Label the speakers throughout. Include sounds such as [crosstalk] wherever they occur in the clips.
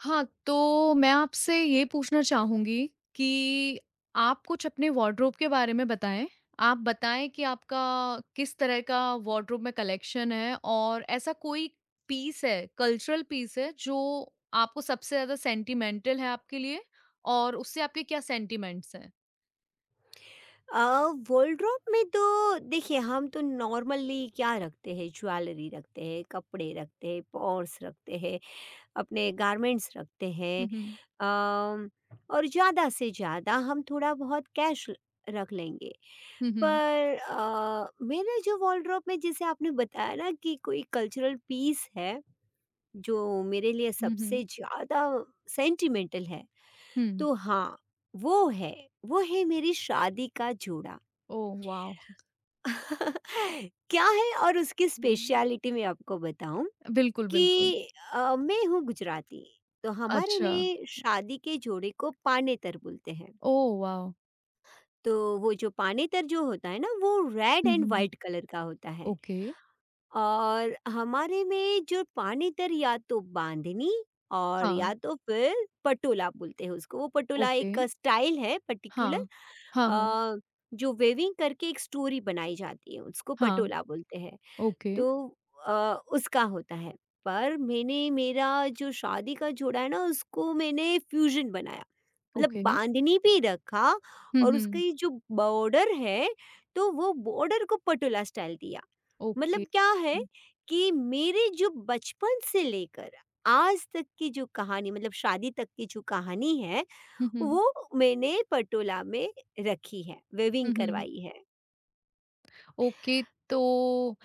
Speaker 1: हाँ, तो मैं आपसे ये पूछना चाहूँगी कि आप कुछ अपने वार्डरोब के बारे में बताएँ। आप बताएँ कि आपका किस तरह का वार्डरोब में कलेक्शन है और ऐसा कोई पीस है, कल्चरल पीस है जो आपको सबसे ज़्यादा सेंटिमेंटल है आपके लिए और उससे आपके क्या सेंटिमेंट्स हैं?
Speaker 2: अ, वॉर्डरोब में तो देखिए हम तो नॉर्मली क्या रखते हैं, ज्वेलरी रखते हैं, कपड़े रखते हैं, पर्स रखते हैं, अपने गारमेंट्स रखते हैं।
Speaker 1: हुँ, हुँ।
Speaker 2: अम, और ज़्यादा से ज़्यादा हम थोड़ा बहुत कैश रख लेंगे।
Speaker 1: हुँ, हुँ।
Speaker 2: पर मेरे जो वॉर्डरोब में, जैसे आपने बताया ना कि कोई कल्चरल पीस है जो मेरे लिए
Speaker 1: हुँ,
Speaker 2: सबसे
Speaker 1: हुँ।
Speaker 2: ज़्यादा सेंटिमेंटल है,
Speaker 1: हुँ।
Speaker 2: तो हाँ, वो है वो है मेरी शादी का जोड़ा।
Speaker 1: ओह वाव!
Speaker 2: [laughs] क्या है और उसकी
Speaker 1: हुँ,
Speaker 2: स्पेशलिटी मैं आपको बताऊं,
Speaker 1: बिल्कुल,
Speaker 2: कि
Speaker 1: बिल्कुल।
Speaker 2: मैं हूँ गुजराती, तो हमारे
Speaker 1: अच्छा।
Speaker 2: में शादी के जोड़े को पानेतर बोलते हैं।
Speaker 1: ओह वाव!
Speaker 2: तो वो जो पानेतर जो होता है ना वो रेड
Speaker 1: हुँ,
Speaker 2: एंड
Speaker 1: हुँ।
Speaker 2: वाइट कलर का होता है।
Speaker 1: ओके।
Speaker 2: और हमारे में जो पानेतर या तो बांधनी, और
Speaker 1: हाँ,
Speaker 2: या तो फिर पटोला बोलते हैं उसको, वो पटोला
Speaker 1: ओके।
Speaker 2: एक स्टाइल है पर्टिकुलर।
Speaker 1: हाँ। हाँ, हाँ।
Speaker 2: अ, जो वेविंग करके एक स्टोरी बनाई जाती है उसको
Speaker 1: हाँ,
Speaker 2: पटोला बोलते हैं।
Speaker 1: ओके,
Speaker 2: तो अ, उसका होता है। पर मैंने मेरा जो शादी का जोड़ा है ना उसको मैंने फ्यूज़न बनाया। मतलब
Speaker 1: ओके।
Speaker 2: बांधनी भी रखा,
Speaker 1: हुँ,
Speaker 2: और
Speaker 1: हुँ,
Speaker 2: उसकी जो बॉर्डर है तो वो बॉर्डर को पटोला स्टाइल दिया।
Speaker 1: ओके।
Speaker 2: मतलब क्या है कि मेरे जो बचपन से लेकर आज तक की जो कहानी, मतलब शादी तक की जो कहानी है,
Speaker 1: हुँ, हुँ,
Speaker 2: वो मैंने पटोला में रखी है, वेविंग
Speaker 1: हुँ, हुँ।
Speaker 2: करवाई है।
Speaker 1: ओके, तो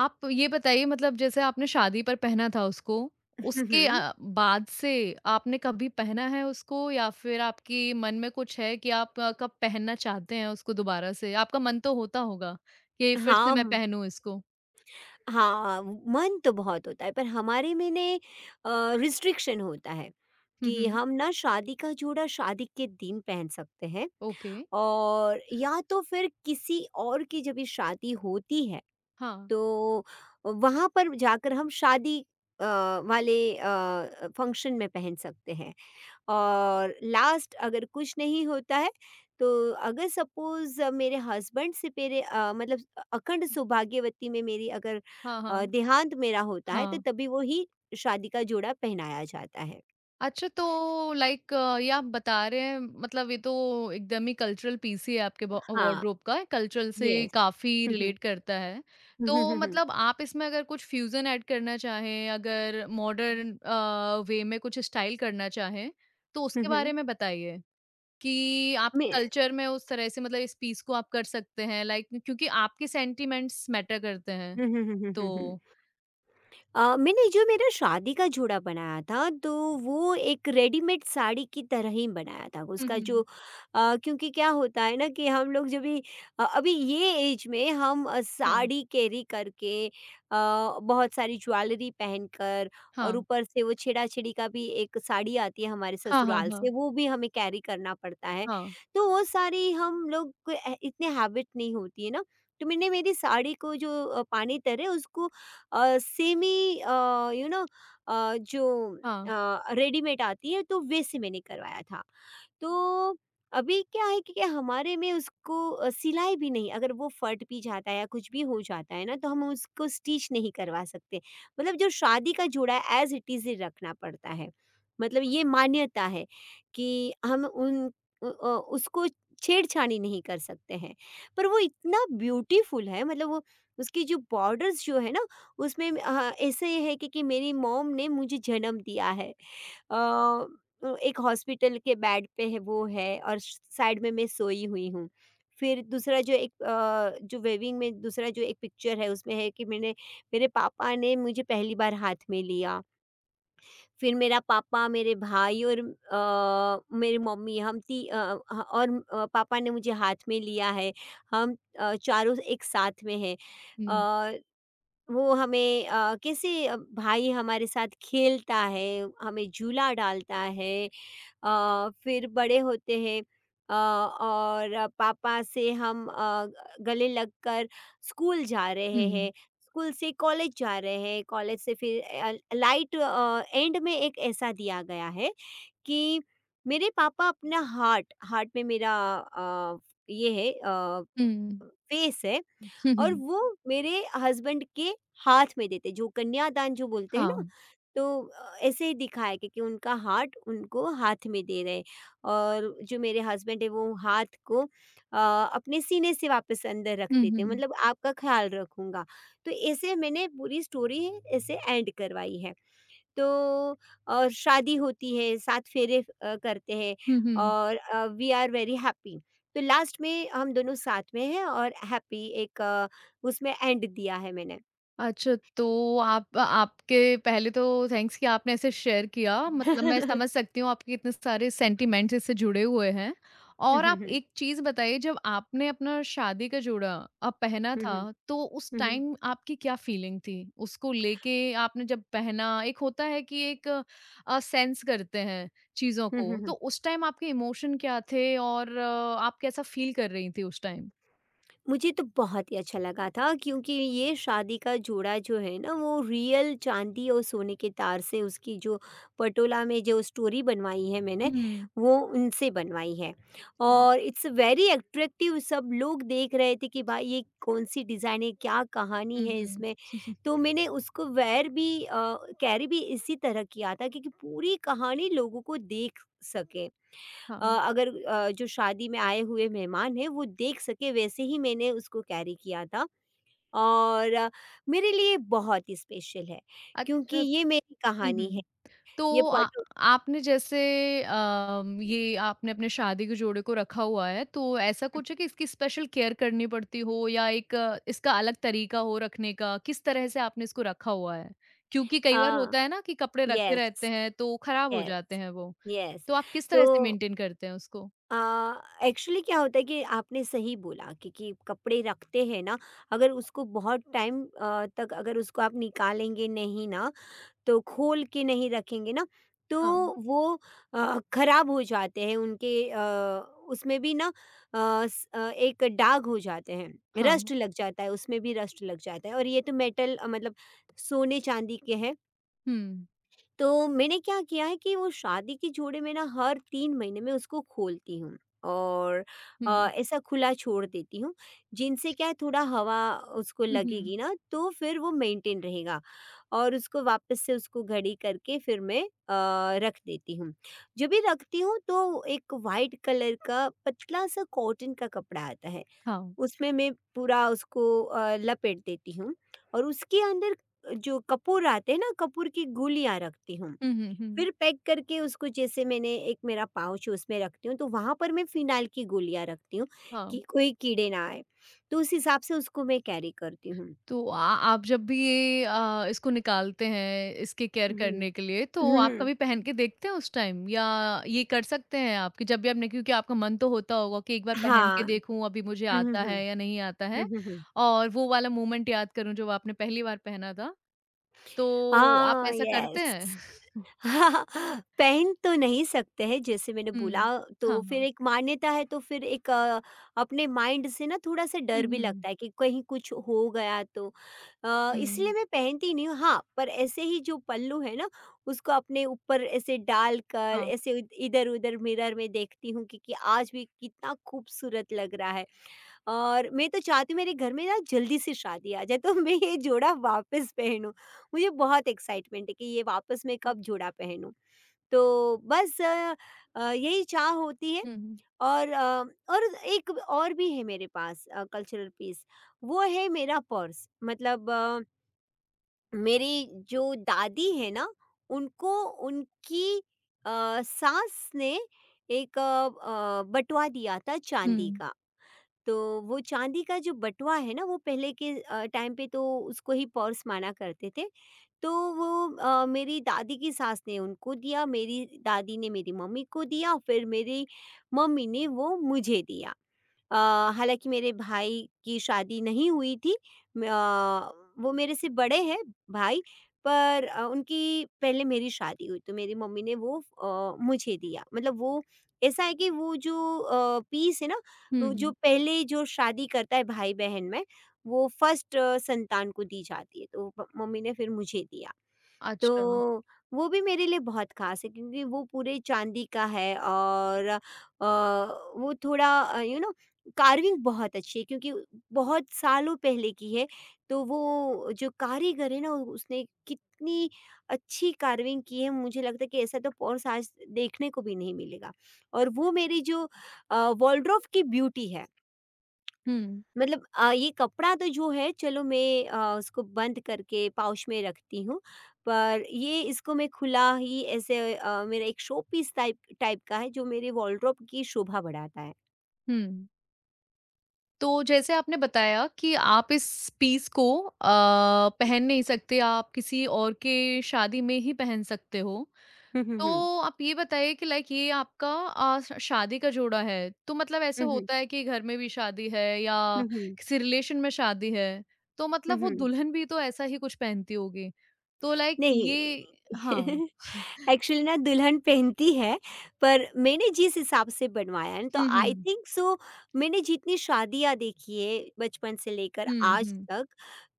Speaker 1: आप ये बताइए मतलब जैसे आपने शादी पर पहना था उसको,
Speaker 2: [laughs] हुँ,
Speaker 1: उसके
Speaker 2: हुँ।
Speaker 1: बाद से आपने कभी पहना है उसको या फिर आपके मन में कुछ है कि आप कब पहनना चाहते हैं उसको दोबारा से? आपका मन तो होता होगा कि फिर से
Speaker 2: हाँ।
Speaker 1: मैं पहनूँ इसको?
Speaker 2: हाँ, मन तो बहुत होता है, पर हमारे में ने रिस्ट्रिक्शन होता है
Speaker 1: हुँ,
Speaker 2: कि
Speaker 1: हुँ,
Speaker 2: हम ना शादी का जोड़ा शादी के दिन पहन सकते हैं,
Speaker 1: ओके।
Speaker 2: और या तो फिर किसी और की जब ये शादी होती है
Speaker 1: हाँ।
Speaker 2: तो वहाँ पर जाकर हम शादी अ, वाले फंक्शन में पहन सकते हैं, और लास्ट अगर कुछ नहीं होता है तो अगर सपोज़ मेरे हस्बैंड से मेरे मतलब अखंड सौभाग्यवती में मेरी अगर
Speaker 1: हाँ, हाँ,
Speaker 2: देहांत मेरा होता है, तो
Speaker 1: हाँ।
Speaker 2: तभी वो ही शादी का जोड़ा पहनाया जाता है।
Speaker 1: अच्छा तो लाइक ये आप बता रहे हैं मतलब ये तो एकदम ही कल्चरल पीस ही है आपके
Speaker 2: हाँ।
Speaker 1: वार्डरोब का कल्चरल से
Speaker 2: येस।
Speaker 1: काफ़ी
Speaker 2: हुँ, हुँ।
Speaker 1: रिलेट करता है।
Speaker 2: हुँ, हुँ,
Speaker 1: तो
Speaker 2: हुँ, हुँ।
Speaker 1: मतलब आप इसमें अगर कुछ फ्यूज़न ऐड करना चाहें, अगर मॉडर्न वे में कुछ स्टाइल करना चाहें, तो
Speaker 2: हुँ,
Speaker 1: उसके बारे
Speaker 2: हुँ।
Speaker 1: में बताइए कि
Speaker 2: [laughs]
Speaker 1: आपके
Speaker 2: मैं
Speaker 1: कल्चर में उस तरह से मतलब इस पीस को आप कर सकते हैं लाइक क्योंकि आपके सेंटिमेंट्स मैटर करते हैं।
Speaker 2: हुँ, हुँ, हुँ, हुँ,
Speaker 1: तो
Speaker 2: हुँ, हुँ। मैंने जो मेरा शादी का जोड़ा बनाया था तो वो एक रेडीमेड साड़ी की तरह ही बनाया था,
Speaker 1: हुँ,
Speaker 2: उसका जो
Speaker 1: हुँ।
Speaker 2: क्योंकि क्या होता है ना कि हम लोग जब भी अभी ये एज में हम
Speaker 1: हाँ।
Speaker 2: साड़ी कैरी करके बहुत सारी ज्वेलरी पहनकर,
Speaker 1: हाँ।
Speaker 2: और ऊपर से वो छेड़ा छेड़ी का भी एक साड़ी आती है हमारे
Speaker 1: हाँ, हाँ,
Speaker 2: ससुराल से,
Speaker 1: हाँ।
Speaker 2: वो भी हमें कैरी करना पड़ता है,
Speaker 1: हाँ,
Speaker 2: तो वो सारी हम लोग को इतने हैबिट नहीं होती है ना, तो मैंने मेरी साड़ी को जो पानी तर है उसको सेमी, यू नो जो
Speaker 1: हाँ।
Speaker 2: रेडीमेड आती है तो वैसे मैंने करवाया था। तो अभी क्या है कि हमारे में उसको सिलाई भी नहीं, अगर वो फट भी जाता है या कुछ भी हो जाता है ना तो हम उसको स्टिच नहीं करवा सकते, मतलब जो शादी का जोड़ा है एज इट इज़ रखना पड़ता है, मतलब ये मान्यता है कि हम उ- अ, उसको छेड़छाड़ी नहीं कर सकते हैं। पर वो इतना ब्यूटीफुल है, मतलब वो उसकी जो बॉर्डर्स जो है ना उसमें ऐसे है कि मेरी मॉम ने मुझे जन्म दिया है, एक हॉस्पिटल के बेड पे है वो, है और साइड में मैं सोई हुई हूँ। फिर दूसरा जो एक जो वेविंग में दूसरा जो एक पिक्चर है उसमें है कि मैंने, मेरे पापा ने मुझे पहली बार हाथ में लिया। फिर मेरा पापा, मेरे भाई और मेरी मम्मी, हम ती अ, ह और पापा ने मुझे हाथ में लिया है। हम चारों एक साथ में हैं।
Speaker 1: हुँ,
Speaker 2: अ, वो हमें कैसे भाई हमारे साथ खेलता है, हमें झूला डालता है, फिर बड़े होते हैं, पापा से हम गले लगकर स्कूल जा
Speaker 1: हुँ।
Speaker 2: रहे हैं, स्कूल से कॉलेज जा रहे हैं, कॉलेज से फिर लाइट एंड में एक ऐसा दिया गया है कि मेरे पापा अपना हार्ट हार्ट में मेरा ये है
Speaker 1: हुँ।
Speaker 2: फेस है,
Speaker 1: हुँ,
Speaker 2: और
Speaker 1: हुँ।
Speaker 2: वो मेरे हस्बैंड के हाथ में देते, जो कन्यादान जो बोलते हैं ना।
Speaker 1: हाँ।
Speaker 2: तो ऐसे ही दिखाया कि उनका हार्ट उनको हाथ में दे रहे, और जो मेरे हस्बैंड है वो हाथ को अपने सीने से वापस अंदर रख
Speaker 1: हुँ,
Speaker 2: देते हैं,
Speaker 1: हुँ।
Speaker 2: मतलब आपका ख्याल रखूंगा। तो ऐसे मैंने पूरी स्टोरी है ऐसे एंड करवाई है। तो और शादी होती है, सात फेरे करते हैं,
Speaker 1: हुँ, हुँ।
Speaker 2: और वी आर वेरी हैप्पी, तो लास्ट में हम दोनों साथ में हैं और हैप्पी, एक उसमें एंड दिया है मैंने।
Speaker 1: अच्छा तो आप आपके पहले तो थैंक्स कि आपने ऐसे शेयर किया मतलब मैं
Speaker 2: [laughs]
Speaker 1: समझ सकती हूँ आपके इतने सारे सेंटिमेंट्स इससे जुड़े हुए हैं।
Speaker 2: हुँ,
Speaker 1: और
Speaker 2: हुँ,
Speaker 1: आप
Speaker 2: हुँ।
Speaker 1: एक चीज़ बताइए जब आपने अपना शादी का जोड़ा पहना
Speaker 2: हुँ,
Speaker 1: था
Speaker 2: हुँ।
Speaker 1: तो उस
Speaker 2: हुँ, हुँ।
Speaker 1: टाइम आपकी क्या फीलिंग थी? उसको लेके आपने जब पहना एक होता है कि एक सेंस करते हैं चीज़ों
Speaker 2: हुँ,
Speaker 1: को, तो
Speaker 2: हुँ।
Speaker 1: उस टाइम आपके इमोशन क्या थे और आप कैसा फील कर रही थी उस टाइम?
Speaker 2: मुझे तो बहुत ही अच्छा लगा था, क्योंकि ये शादी का जोड़ा जो है ना वो रियल चांदी और सोने के तार से, उसकी जो पटोला में जो स्टोरी बनवाई है मैंने,
Speaker 1: हुँ।
Speaker 2: वो उनसे बनवाई है,
Speaker 1: हुँ।
Speaker 2: और इट्स वेरी एट्रैक्टिव, सब लोग देख रहे थे कि भाई ये कौन सी डिज़ाइन है, क्या कहानी
Speaker 1: हुँ,
Speaker 2: है
Speaker 1: हुँ।
Speaker 2: इसमें। तो मैंने उसको वेयर भी कैरी भी इसी तरह किया था क्योंकि पूरी कहानी लोगों को देख सके, अ,
Speaker 1: हाँ।
Speaker 2: अगर अ, जो शादी में आए हुए मेहमान हैं वो देख सके वैसे ही मैंने उसको कैरी किया था, और मेरे लिए बहुत ही स्पेशल है क्योंकि
Speaker 1: अच्छा
Speaker 2: ये मेरी
Speaker 1: हुँ,
Speaker 2: कहानी है।
Speaker 1: हुँ।
Speaker 2: ये
Speaker 1: तो आ
Speaker 2: पटो
Speaker 1: आपने जैसे ये आपने अपने शादी के जोड़े को रखा हुआ है, तो ऐसा कुछ है कि इसकी स्पेशल केयर करनी पड़ती हो या एक इसका अलग तरीका हो रखने का? किस तरह से आपने इसको रखा हुआ है? क्योंकि कई बार
Speaker 2: हाँ।
Speaker 1: होता है ना कि कपड़े रखे रहते
Speaker 2: यस।
Speaker 1: हैं, तो खराब हो
Speaker 2: यस।
Speaker 1: जाते हैं वो।
Speaker 2: यस।
Speaker 1: तो आप किस तरह
Speaker 2: तो
Speaker 1: से मेंटेन करते हैं उसको?
Speaker 2: एक्चुअली क्या होता है कि आपने सही बोला कि कपड़े रखते हैं ना, अगर उसको बहुत टाइम तक अगर उसको आप निकालेंगे नहीं ना, तो खोल के नहीं रखेंगे ना, तो
Speaker 1: हाँ,
Speaker 2: वो खराब हो जाते हैं, उनके उसमें भी ना, एक दाग हो जाते हैं,
Speaker 1: हाँ।
Speaker 2: रस्ट लग जाता है, उसमें भी रस्ट लग जाता है, और ये तो मेटल मतलब सोने चांदी के हैं।
Speaker 1: हुँ,
Speaker 2: तो मैंने क्या किया है कि वो शादी के जोड़े में ना हर तीन महीने में उसको खोलती हूँ, और
Speaker 1: हुँ।
Speaker 2: ऐसा खुला छोड़ देती हूँ, जिनसे क्या है थोड़ा हवा उसको
Speaker 1: हुँ, हुँ।
Speaker 2: लगेगी ना, तो फिर वो मेंटेन रहेगा। और उसको वापस से उसको घड़ी करके फिर मैं रख देती हूँ। जब भी रखती हूँ तो एक वाइट कलर का पतला सा कॉटन का कपड़ा आता है,
Speaker 1: हाँ।
Speaker 2: उसमें मैं पूरा उसको लपेट देती हूँ, और उसके अंदर जो कपूर आते हैं ना, कपूर की गुलियाँ रखती हूँ।
Speaker 1: हुँ, हुँ, हुँ।
Speaker 2: फिर पैक करके उसको, जैसे मैंने एक मेरा पाउच उसमें रखती हूँ, तो वहाँ पर मैं फ़िनाइल की गोलियाँ रखती हूँ
Speaker 1: हाँ।
Speaker 2: कि कोई कीड़े ना आए। तो उस हिसाब से उसको मैं कैरी करती हूँ।
Speaker 1: तो आ आप जब भी ये इसको निकालते हैं, इसकी केयर
Speaker 2: हुँ, हुँ,
Speaker 1: करने के लिए, तो
Speaker 2: हुँ,
Speaker 1: आप
Speaker 2: हुँ।
Speaker 1: कभी पहन के देखते हैं उस टाइम या ये कर सकते हैं आप कि जब भी आपने क्योंकि आपका मन तो होता होगा कि एक बार पहन के
Speaker 2: हाँ।
Speaker 1: देखूँ, अभी मुझे
Speaker 2: हुँ, हुँ,
Speaker 1: आता
Speaker 2: हुँ।
Speaker 1: है या नहीं आता
Speaker 2: [laughs]
Speaker 1: है
Speaker 2: हुँ, हुँ, हुँ।
Speaker 1: और वो वाला मोमेंट याद करूँ जो आपने पहली बार पहना था। तो आप
Speaker 2: हाँ,
Speaker 1: ऐसा करते हैं?
Speaker 2: यस।
Speaker 1: [laughs]
Speaker 2: [laughs] पहन तो नहीं सकते हैं जैसे मैंने बोला,
Speaker 1: हुँ। हाँ,
Speaker 2: तो फिर
Speaker 1: हाँ।
Speaker 2: एक मान्यता है, तो फिर एक अपने माइंड से ना थोड़ा-सा
Speaker 1: हुँ,
Speaker 2: डर भी
Speaker 1: हुँ।
Speaker 2: लगता है कि कहीं कुछ हो गया तो। इसलिए
Speaker 1: हुँ।
Speaker 2: मैं पहनती नहीं हूँ, हाँ, पर ऐसे ही जो पल्लू है ना उसको अपने ऊपर ऐसे डालकर
Speaker 1: हाँ,
Speaker 2: ऐसे इ इधर-उधर मिरर में देखती हूँ कि आज भी कितना खूबसूरत लग रहा है। और मैं तो चाहती हूँ मेरे घर में ना जल्दी से शादी आ जाए तो मैं ये जोड़ा वापस पहनूँ। मुझे बहुत एक्साइटमेंट है कि ये वापस मैं
Speaker 1: हाँ।
Speaker 2: कब जूड़ा पहनूँ। तो बस यही चाह होती है।
Speaker 1: हुँ, हुँ।
Speaker 2: और और एक और भी है मेरे पास, कल्चरल पीस, वो है मेरा पर्स। मतलब मेरी जो दादी है ना, उनको उनकी सास ने एक बटुआ दिया था चांदी
Speaker 1: हुँ।
Speaker 2: का। तो वो चांदी का जो बटुआ है ना वो पहले के टाइम पे तो उसको ही पर्स माना करते थे। तो वो मेरी दादी की सास ने उनको दिया, मेरी दादी ने मेरी मम्मी को दिया, फिर मेरी मम्मी ने वो मुझे दिया, अ, हालाँकि मेरे भाई की शादी नहीं हुई थी, म अ, वो मेरे से बड़े हैं, भाई। पर उनकी पहले मेरी शादी हुई तो मेरी मम्मी ने वो मुझे दिया। मतलब वो ऐसा है कि वो जो पीस है ना, वो जो
Speaker 1: हुँ।
Speaker 2: पहले जो शादी करता है भाई-बहन में, वो फर्स्ट संतान को दी जाती है, तो प मम्मी ने फिर मुझे दिया।
Speaker 1: अच्छा।
Speaker 2: तो वो भी मेरे लिए बहुत ख़ास है क्योंकि वो पूरे चांदी का है, और वो थोड़ा, कार्विंग बहुत अच्छी है क्योंकि बहुत सालों पहले की है, तो वो जो कारीगर है ना उसने कितनी अच्छी कार्विंग की है, मुझे लगता है कि ऐसा तो पर्स आज देखने को भी नहीं मिलेगा। और वो मेरी जो वॉलड्रॉफ की ब्यूटी है,
Speaker 1: हुँ,
Speaker 2: मतलब ये कपड़ा तो जो है, चलो मैं उसको बंद करके पाउच में रखती हूँ, पर ये इसको मैं खुला ही ऐसे मेरा एक शो पीस टाइप टाइप का है जो मेरे वॉर्डरोब की शोभा बढ़ाता है।
Speaker 1: हुँ। तो जैसे आपने बताया कि आप इस पीस को पहन नहीं सकते, आप किसी और के शादी में ही पहन सकते हो।
Speaker 2: हुँ, हुँ, हुँ।
Speaker 1: तो आप ये बताइए कि लाइक ये आपका अ, श शादी का जोड़ा है, तो मतलब ऐसे
Speaker 2: हुँ, हुँ।
Speaker 1: होता है कि घर में भी शादी है या
Speaker 2: हुँ, हुँ।
Speaker 1: किसी रिलेशन में शादी है, तो
Speaker 2: हुँ,
Speaker 1: मतलब वो
Speaker 2: हुँ।
Speaker 1: दुल्हन भी तो ऐसा ही कुछ पहनती होगी। तो लाइक
Speaker 2: नहीं।
Speaker 1: ये हाँ।
Speaker 2: [laughs] एक्चुअली ना दुल्हन पहनती है, पर मैंने जिस हिसाब से बनवाया है ना, तो
Speaker 1: हुँ,
Speaker 2: आई
Speaker 1: हुँ।
Speaker 2: थिंक सो, मैंने जितनी शादियाँ देखी है बचपन से लेकर
Speaker 1: हुँ,
Speaker 2: आज
Speaker 1: हुँ।
Speaker 2: तक,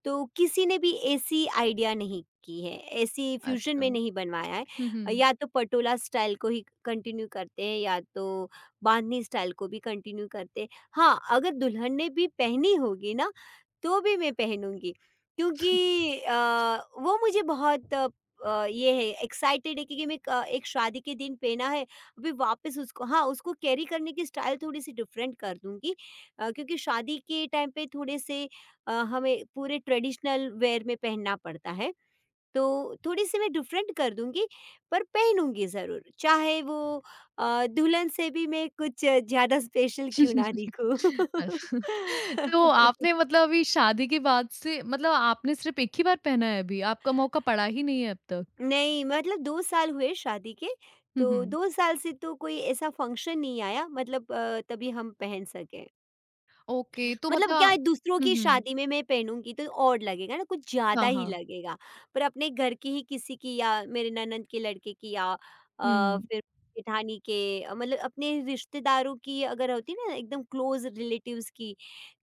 Speaker 2: तो किसी ने भी ऐसी आइडिया नहीं की है, ऐसी फ्यूज़न
Speaker 1: अच्छा।
Speaker 2: में नहीं
Speaker 1: हुँ,
Speaker 2: बनवाया है।
Speaker 1: हुँ।
Speaker 2: या तो पटोला स्टाइल को ही कंटिन्यू करते हैं या तो बांधनी स्टाइल को भी कंटिन्यू करते हैं। हाँ, अगर दुल्हन ने भी पहनी होगी ना, तो भी मैं पहनूँगी, क्योंकि वो मुझे बहुत ये है एक्साइटेड है, क्योंकि मैं एक शादी के दिन पहना है, अभी वापस उसको, हाँ, उसको कैरी करने की स्टाइल थोड़ी सी डिफरेंट कर दूंगी, क्योंकि शादी के टाइम पे थोड़े से हमें पूरे ट्रेडिशनल वेयर में पहनना पड़ता है, तो थोड़ी सी मैं डिफरेंट कर दूंगी, पर पहनूंगी ज़रूर, चाहे वो दुल्हन से भी मैं कुछ ज़्यादा स्पेशल क्यों ना
Speaker 1: [laughs]
Speaker 2: दिखूं।
Speaker 1: अच्छा। तो आपने
Speaker 2: [laughs]
Speaker 1: मतलब अभी शादी के बाद से मतलब आपने सिर्फ़ एक ही बार पहना है अभी, आपका मौका पड़ा ही नहीं है अब तक?
Speaker 2: नहीं, मतलब 2 साल हुए शादी के,
Speaker 1: [laughs] हुँ,
Speaker 2: तो
Speaker 1: हुँ।
Speaker 2: 2 साल से तो कोई ऐसा फंक्शन नहीं आया, मतलब तभी हम पहन सके।
Speaker 1: ओके, तो
Speaker 2: मतलब क्या है,
Speaker 1: मतलब
Speaker 2: दूसरों
Speaker 1: हुँ,
Speaker 2: की
Speaker 1: हुँ।
Speaker 2: शादी में मैं पहनूँगी तो ऑड लगेगा ना, कुछ
Speaker 1: हाँ,
Speaker 2: ज़्यादा ही
Speaker 1: हाँ।
Speaker 2: लगेगा। पर अपने घर की ही किसी की, या मेरे ननद के लड़के की या
Speaker 1: हुँ।
Speaker 2: फिर जेठानी के मतलब अपने रिश्तेदारों की अगर होती है ना, एकदम क्लोज़ रिलेटिव्स की,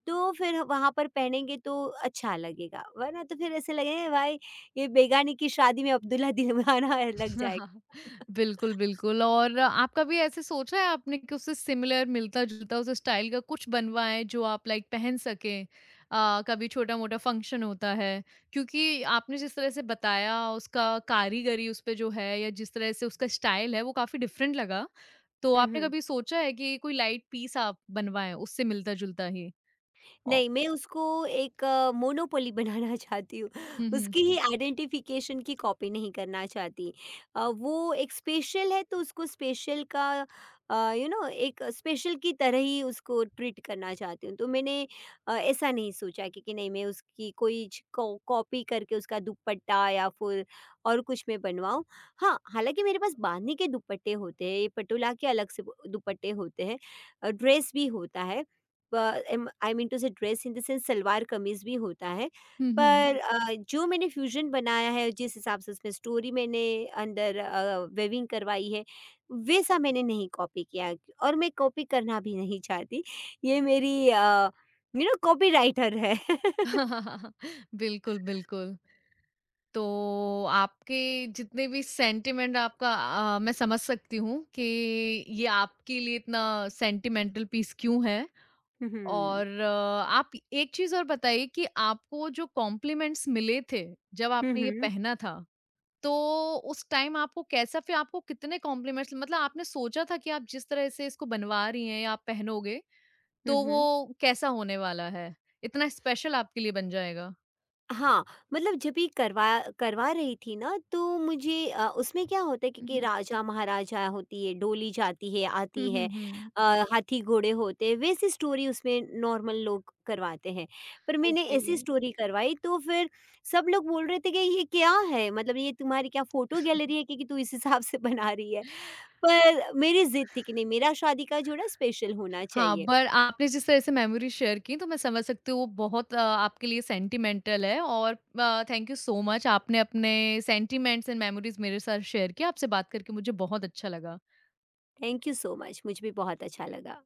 Speaker 2: तो फिर वहाँ पर पहनेंगे तो अच्छा लगेगा, वरना तो फिर ऐसे लगेगा भाई ये बेगानी की शादी में अब्दुल्ला दिलवाना लग जाएगा।
Speaker 1: हाँ, बिल्कुल,
Speaker 2: [laughs]
Speaker 1: बिल्कुल और आप कभी ऐसे सोचा है आपने कि उससे सिमिलर मिलता-जुलता उस स्टाइल का कुछ बनवाएँ जो आप लाइक पहन सकें? कभी छोटा-मोटा फंक्शन होता है, क्योंकि आपने जिस तरह से बताया उसका कारीगरी उस पे जो है या जिस तरह से उसका स्टाइल है वो काफ़ी डिफरेंट लगा। तो
Speaker 2: हुँ,
Speaker 1: आपने
Speaker 2: हुँ।
Speaker 1: कभी सोचा है कि कोई लाइट पीस आप बनवाएँ उससे मिलता-जुलता ही? औ
Speaker 2: नहीं, मैं उसको एक मोनोपोली बनाना [laughs] चाहती हूँ।
Speaker 1: हुँ, हुँ।
Speaker 2: उसकी ही आइडेंटिफ़िकेशन की कॉपी नहीं करना चाहती। वो एक स्पेशल है, तो उसको स्पेशल का यू नो एक स्पेशल की तरह ही उसको ट्रीट करना चाहती हूँ। तो मैंने ऐसा नहीं सोचा कि नहीं, मैं उसकी कोई च कॉ कॉपी करके उसका दुपट्टा या फिर और कुछ मैं बनवाऊँ। हाँ, हालाँकि मेरे पास बांधनी के दुपट्टे होते हैं, ये पटोला के अलग से दुपट्टे होते हैं, ड्रेस भी होता है। I mean to say dress in the sense, salwar kameez भी होता है।
Speaker 1: हुँ, हुँ।
Speaker 2: पर जो मैंने फ्यूजन बनाया है जिस हिसाब से उसमें स्टोरी मैंने अंदर वेविंग करवाई है, वैसा मैंने नहीं कॉपी किया, और मैं कॉपी करना भी नहीं चाहती, ये मेरी कॉपी राइटर है। [laughs]
Speaker 1: [laughs] बिल्कुल, बिल्कुल। तो आपके जितने भी सेंटिमेंट आपका मैं समझ सकती हूँ कि ये आपके लिए इतना सेंटिमेंटल पीस क्यों है और
Speaker 2: हम्म।
Speaker 1: आप एक चीज और बताइए कि आपको जो कॉम्प्लीमेंट्स मिले थे जब आपने
Speaker 2: हम्म।
Speaker 1: ये
Speaker 2: हम्म।
Speaker 1: पहना था तो उस टाइम आपको कैसा फिर आपको कितने कॉम्प्लीमेंट्स मतलब आपने सोचा था कि आप जिस तरह से इसको बनवा रही हैं या आप पहनोगे तो वो
Speaker 2: हम्म।
Speaker 1: कैसा होने वाला है इतना स्पेशल आपके लिए बन जाएगा
Speaker 2: हाँ, मतलब जब ये करवा करवा रही थी ना, तो मुझे उसमें क्या होता है कि
Speaker 1: हम्म।
Speaker 2: राजा-महाराजा होती है, डोली जाती है,
Speaker 1: हम्म
Speaker 2: आती है,
Speaker 1: हम्म हम्म
Speaker 2: अ, हाथी घोड़े होते हैं, वैसी स्टोरी उसमें नॉर्मल लोग करवाते हैं। पर मैंने
Speaker 1: ओके
Speaker 2: ऐसी स्टोरी करवाई तो फिर सब लोग बोल रहे थे कि ये क्या है? मतलब ये तुम्हारी क्या फ़ोटो गैलरी है कि तू इस हिसाब से बना रही है? पर मेरी ज़िद थी कि नहीं, मेरा शादी का जोड़ा स्पेशल होना
Speaker 1: हाँ,
Speaker 2: चाहिए।
Speaker 1: पर आपने जिस तरह से मेमोरी शेयर की तो मैं समझ सकती हूँ वो बहुत आपके लिए सेंटिमेंटल है और थैंक यू सो मच आपने अपने सेंटिमेंट्स एंड मेमोरीज मेरे साथ शेयर किया। आपसे बात करके मुझे बहुत अच्छा लगा।
Speaker 2: थैंक यू सो मच, मुझे भी बहुत अच्छा लगा।